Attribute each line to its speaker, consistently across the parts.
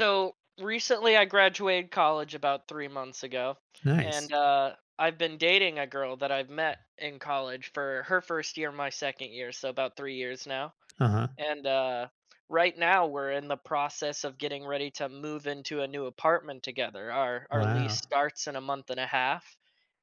Speaker 1: So recently, I graduated college about 3 months ago,
Speaker 2: Nice.
Speaker 1: and I've been dating a girl that I've met in college for her first year, my second year, so about 3 years now.
Speaker 2: Uh-huh.
Speaker 1: And right now, we're in the process of getting ready to move into a new apartment together. Our lease
Speaker 2: Wow.
Speaker 1: starts in a month and a half,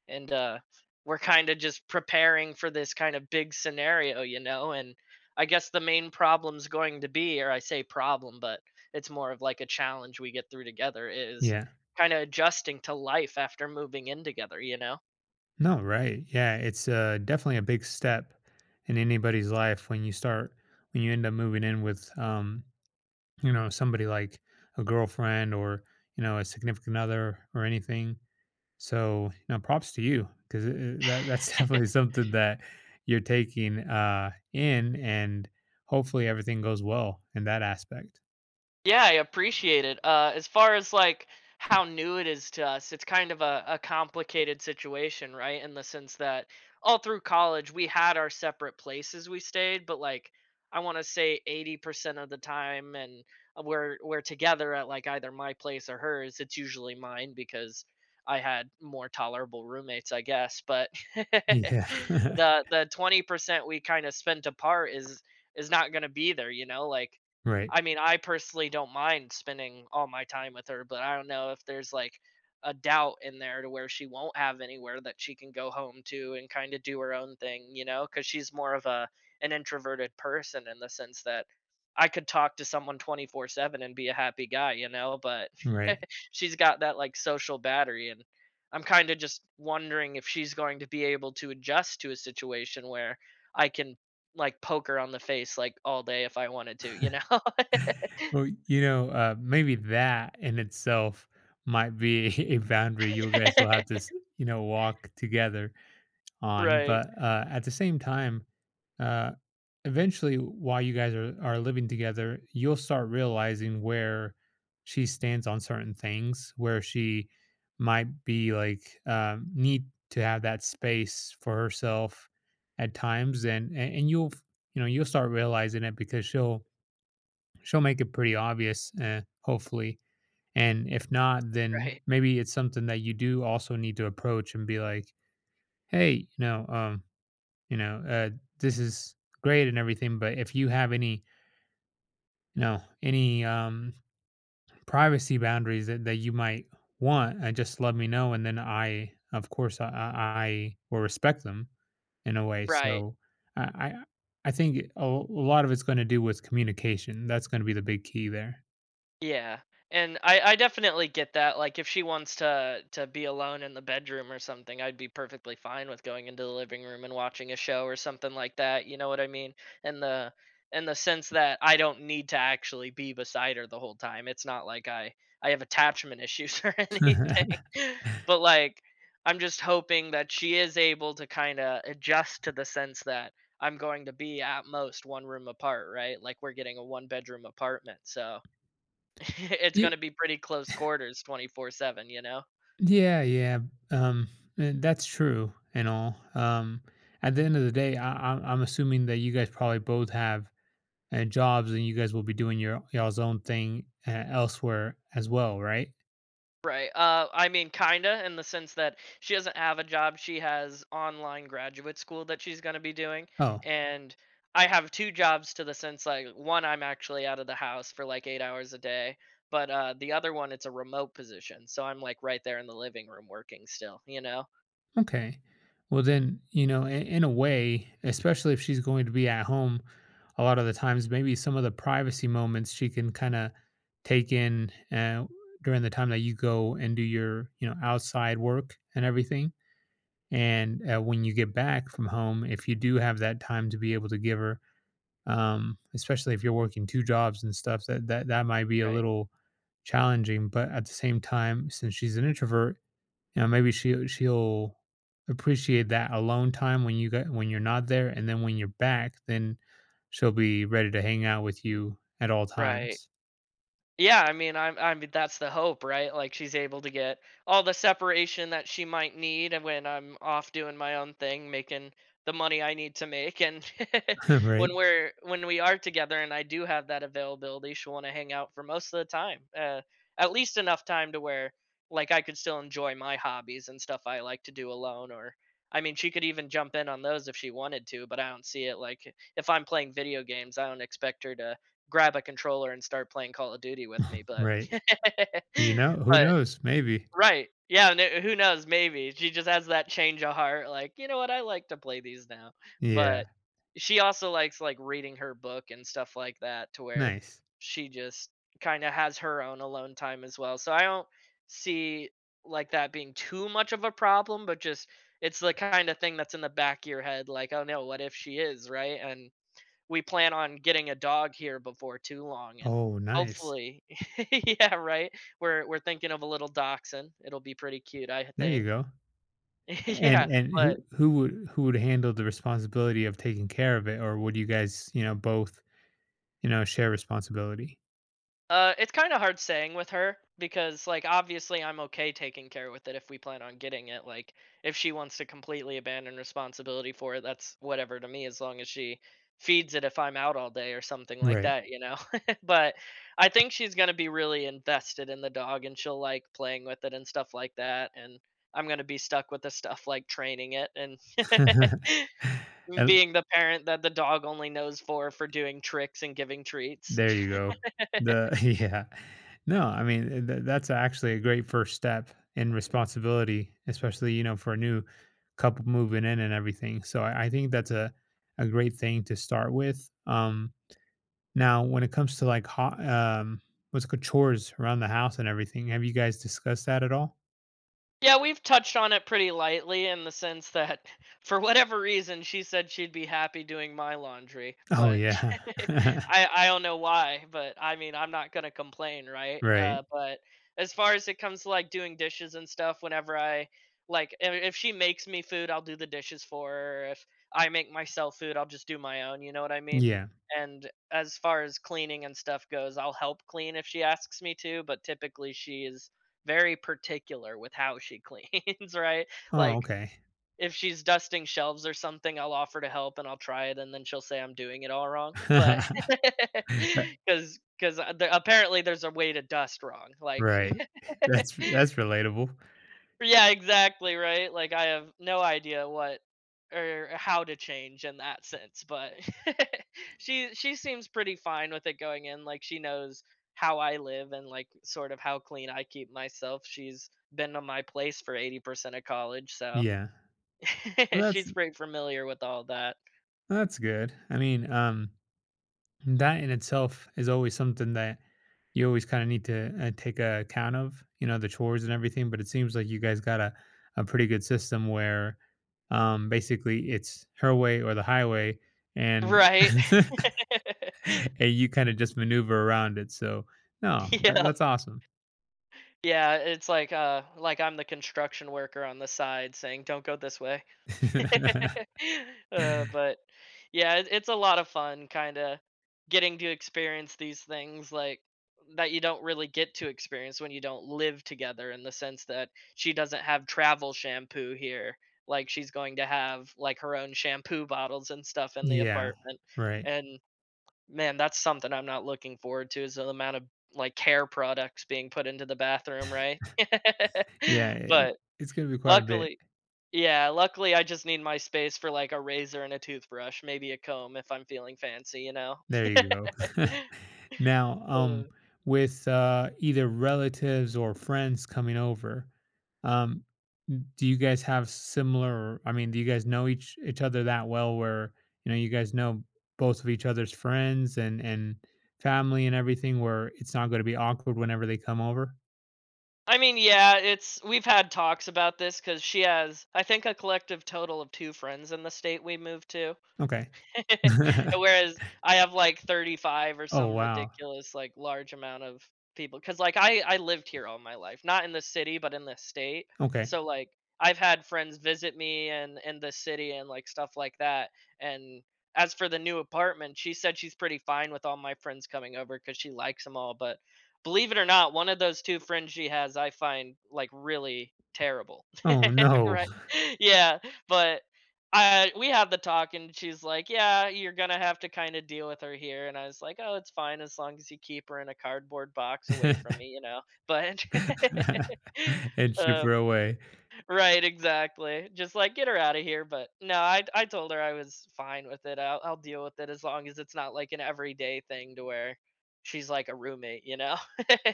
Speaker 1: and we're kind of just preparing for this kind of big scenario, and I guess the main problem's going to be or I say problem, but it's more of like a challenge we get through together is
Speaker 2: Yeah.
Speaker 1: kind of adjusting to life after moving in together.
Speaker 2: No, right. Yeah, it's definitely a big step in anybody's life when you start when you end up moving in with somebody like a girlfriend or a significant other or anything. So, props to you because that's definitely something that you're taking in and hopefully everything goes well in that aspect.
Speaker 1: Yeah, I appreciate it. As far as like how new it is to us, it's kind of a complicated situation, right? In the sense that all through college, we had our separate places we stayed, but like I want to say 80% of the time, and we're together at like either my place or hers. It's usually mine because I had more tolerable roommates, I guess. But
Speaker 2: Yeah.
Speaker 1: the 20% we kind of spent apart is not going to be there, you know, like
Speaker 2: Right.
Speaker 1: I mean, I personally don't mind spending all my time with her, but I don't know if there's like a doubt in there to where she won't have anywhere that she can go home to and kind of do her own thing, you know, cuz she's more of a an introverted person in the sense that I could talk to someone 24/7 and be a happy guy, but
Speaker 2: Right.
Speaker 1: she's got that like social battery and I'm kind of just wondering if she's going to be able to adjust to a situation where I can like poke her on the face like all day if I wanted to, you know?
Speaker 2: Well, maybe that in itself might be a boundary you guys will have to, walk together on.
Speaker 1: Right.
Speaker 2: But at the same time, uh, eventually, while you guys are living together, you'll start realizing where she stands on certain things, where she might be like need to have that space for herself at times, and you know you'll start realizing it because she'll make it pretty obvious, hopefully. And if not, then
Speaker 1: Right.
Speaker 2: maybe it's something that you do also need to approach and be like, "Hey, you know, uh, this is great and everything, but if you have any, any privacy boundaries that you might want, just let me know, and then I, of course, I will respect them in a way."
Speaker 1: Right.
Speaker 2: So I, I, I think a lot of it's going to do with communication. That's going to be the big key there.
Speaker 1: Yeah, and I definitely get that, like, if she wants to be alone in the bedroom or something, I'd be perfectly fine with going into the living room and watching a show or something like that, you know what I mean? In the in the sense that I don't need to actually be beside her the whole time. It's not like I have attachment issues or anything. But, like, I'm just hoping that she is able to kinda adjust to the sense that I'm going to be at most one room apart, right? Like, we're getting a one-bedroom apartment, so it's gonna be pretty close quarters 24/7, you know?
Speaker 2: Yeah, yeah, um, that's true and all. At the end of the day, I'm assuming that you guys probably both have jobs, and you guys will be doing your y'all's own thing elsewhere as well, right?
Speaker 1: Right, I mean, kinda, in the sense that she doesn't have a job, she has online graduate school that she's gonna be doing,
Speaker 2: Oh,
Speaker 1: and I have two jobs to the sense, like, one, I'm actually out of the house for, like, 8 hours a day, but, the other one, it's a remote position, so I'm, like, right there in the living room working still, you know?
Speaker 2: okay. Well, then in a way, especially if she's going to be at home, a lot of the times, maybe some of the privacy moments she can kind of take in during the time that you go and do your outside work and everything. And when you get back from home, if you do have that time to be able to give her, especially if you're working two jobs and stuff, that might be a
Speaker 1: Right,
Speaker 2: little challenging. But at the same time, since she's an introvert, you know, maybe she'll appreciate that alone time when you get when you're not there, and then when you're back, then she'll be ready to hang out with you at all
Speaker 1: right.
Speaker 2: times.
Speaker 1: Yeah, I mean, that's the hope, right? Like she's able to get all the separation that she might need and when I'm off doing my own thing, making the money I need to make, and
Speaker 2: Right,
Speaker 1: when we are together, and I do have that availability, she'll want to hang out for most of the time, at least enough time to where like I could still enjoy my hobbies and stuff I like to do alone, or I mean, she could even jump in on those if she wanted to, but I don't see it. Like if I'm playing video games, I don't expect her to grab a controller and start playing Call of Duty with me, but
Speaker 2: right. You know, who
Speaker 1: but
Speaker 2: knows? Maybe.
Speaker 1: right. Yeah, and who knows, maybe. She just has that change of heart like, "You know what? I like to play these now."
Speaker 2: Yeah.
Speaker 1: But she also likes like reading her book and stuff like that to where
Speaker 2: Nice.
Speaker 1: she just kind of has her own alone time as well. So I don't see like that being too much of a problem, but just it's the kind of thing that's in the back of your head like, "Oh no, what if she is?" right? And we plan on getting a dog here before too long and
Speaker 2: Oh, nice.
Speaker 1: hopefully yeah, right? We're thinking of a little dachshund. It'll be pretty cute, I
Speaker 2: There you
Speaker 1: think.
Speaker 2: go. And
Speaker 1: Yeah,
Speaker 2: and
Speaker 1: but
Speaker 2: who who would who would handle the responsibility of taking care of it, or would you guys, you know, both, share responsibility?
Speaker 1: It's kind of hard saying with her because, like, obviously, I'm okay taking care with it if we plan on getting it. Like, if she wants to completely abandon responsibility for it, that's whatever to me, as long as she feeds it if I'm out all day or something like
Speaker 2: Right.
Speaker 1: that, you know? But I think she's going to be really invested in the dog and she'll like playing with it and stuff like that. And I'm going to be stuck with the stuff like training it and
Speaker 2: And
Speaker 1: being the parent that the dog only knows for doing tricks and giving treats.
Speaker 2: there you go. The yeah. No, I mean, that's actually a great first step in responsibility, especially, you know, for a new couple moving in and everything. So I think that's a great thing to start with. Now, when it comes to like what's it called chores around the house and everything, have you guys discussed that at all?
Speaker 1: Yeah, we've touched on it pretty lightly in the sense that for whatever reason she said she'd be happy doing my laundry,
Speaker 2: Oh,
Speaker 1: but
Speaker 2: yeah.
Speaker 1: I don't know why, but I mean, I'm not going to complain, right?
Speaker 2: Right.
Speaker 1: But as far as it comes to like doing dishes and stuff whenever I like if she makes me food, I'll do the dishes for her. If I make myself food, I'll just do my own, you know what I mean?
Speaker 2: Yeah.
Speaker 1: And as far as cleaning and stuff goes, I'll help clean if she asks me to, but typically she is very particular with how she cleans, right?
Speaker 2: Oh,
Speaker 1: Like
Speaker 2: okay.
Speaker 1: if she's dusting shelves or something, I'll offer to help and I'll try it, and then she'll say I'm doing it all wrong. But
Speaker 2: That
Speaker 1: because apparently there's a way to dust wrong, like
Speaker 2: right. That's relatable.
Speaker 1: yeah, exactly, right? Like I have no idea what or how to change in that sense, but she seems pretty fine with it going in. Like she knows how I live and like sort of how clean I keep myself. She's been to my place for 80% of college, so
Speaker 2: Yeah. Well,
Speaker 1: she's pretty familiar with all that.
Speaker 2: that's good. I mean, that in itself is always something that you always kinda need to, take a account of, you know, the chores and everything, but it seems like you guys got a pretty good system where, basically it's her way or the highway, and
Speaker 1: Right.
Speaker 2: and you kinda just maneuver around it, so, no, that
Speaker 1: Yep.
Speaker 2: that's awesome.
Speaker 1: Yeah, it's like I'm the construction worker on the side saying, "Don't go this way." But yeah, it's a lot of fun, kind of getting to experience these things like that you don't really get to experience when you don't live together. In the sense that she doesn't have travel shampoo here, like she's going to have like her own shampoo bottles and stuff in the
Speaker 2: Yeah,
Speaker 1: apartment.
Speaker 2: right.
Speaker 1: And man, that's something I'm not looking forward to is the amount of like hair products being put into the bathroom, right?
Speaker 2: Yeah, I
Speaker 1: But
Speaker 2: it's gonna be quite a bit.
Speaker 1: luckily, yeah, luckily I just need my space for like a razor and a toothbrush, maybe a comb if I'm feeling fancy, you know.
Speaker 2: There you go. Now,
Speaker 1: Uh.
Speaker 2: with, either relatives or friends coming over, um, do you guys have similar I mean, do you guys know each other that well where, you know, you guys know both of each other's friends and family and everything where it's not gonna be awkward whenever they come over?
Speaker 1: I mean, yeah, it's we've had talks about this cuz she has I think a collective total of two friends in the state we moved to.
Speaker 2: Okay.
Speaker 1: Whereas I have like 35 or
Speaker 2: Oh,
Speaker 1: some
Speaker 2: wow.
Speaker 1: ridiculous like large amount of people cuz like I lived here all my life, not in the city but in the state.
Speaker 2: Okay.
Speaker 1: So like I've had friends visit me and in the city and like stuff like that. And as for the new apartment, she said she's pretty fine with all my friends coming over cuz she likes them all, but believe it or not, one of those two friends she has I find like really terrible.
Speaker 2: Oh, no.
Speaker 1: Right? Yeah, but I we had the talk, and she's like, "Yeah, you're gonna have to kind of deal with her here." And I was like, "Oh, it's fine as long as you keep her in a cardboard box away from me, you know." But,
Speaker 2: And ship
Speaker 1: um,
Speaker 2: her away.
Speaker 1: right, exactly. Just like get her out of here. But no, I told her I was fine with it. I'll deal with it as long as it's not like an everyday thing to where she's like a roommate, you know?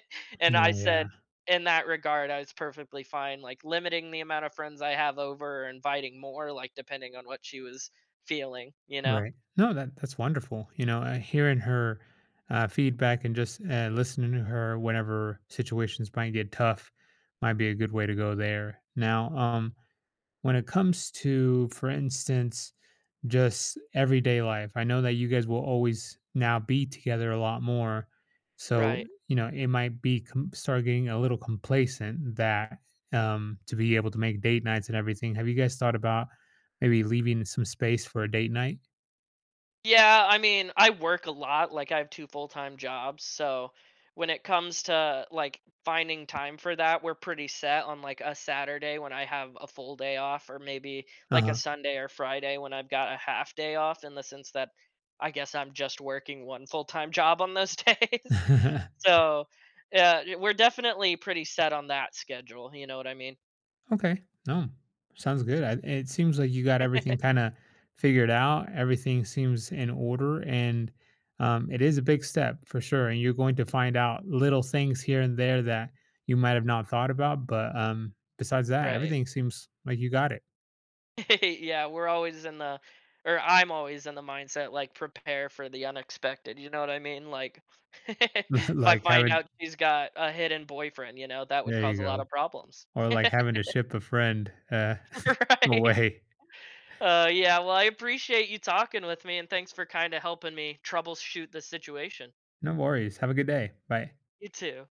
Speaker 1: And I
Speaker 2: No, yeah,
Speaker 1: said in that regard, I was perfectly fine, like limiting the amount of friends I have over or inviting more, like depending on what she was feeling, you know?
Speaker 2: right. No, that that's wonderful. You know, hearing her feedback and just listening to her whenever situations might get tough might be a good way to go there. Now, when it comes to, for instance, just everyday life. I know that you guys will always now be together a lot more. So,
Speaker 1: Right.
Speaker 2: you know, it might be start getting a little complacent that to be able to make date nights and everything. Have you guys thought about maybe leaving some space for a date night?
Speaker 1: Yeah, I mean, I work a lot, like, I have two full-time jobs, so when it comes to, like, finding time for that, we're pretty set on, like, a Saturday when I have a full day off or maybe, like, a
Speaker 2: Uh
Speaker 1: Sunday or Friday when I've got a half day off in the sense that I guess I'm just working one full-time job on those days.
Speaker 2: huh.
Speaker 1: So, yeah, we're definitely pretty set on that schedule, you know what I mean?
Speaker 2: Okay. No, sounds good. I, it seems like you got everything kind of figured out. Everything seems in order, and it is a big step for sure. And you're going to find out little things here and there that you might have not thought about. But besides that,
Speaker 1: Right.
Speaker 2: everything seems like you got it.
Speaker 1: Yeah, we're always in the or I'm always in the mindset like prepare for the unexpected, you know what I mean? Like if I
Speaker 2: Like
Speaker 1: find
Speaker 2: having,
Speaker 1: out she's got a hidden boyfriend, you know, that would
Speaker 2: there you
Speaker 1: cause a lot
Speaker 2: go,
Speaker 1: of problems.
Speaker 2: or like having to ship a friend
Speaker 1: Right.
Speaker 2: away.
Speaker 1: Yeah, well, I appreciate you talking with me and thanks for kind of helping me troubleshoot the situation.
Speaker 2: No worries. Have a good day. Bye.
Speaker 1: You too.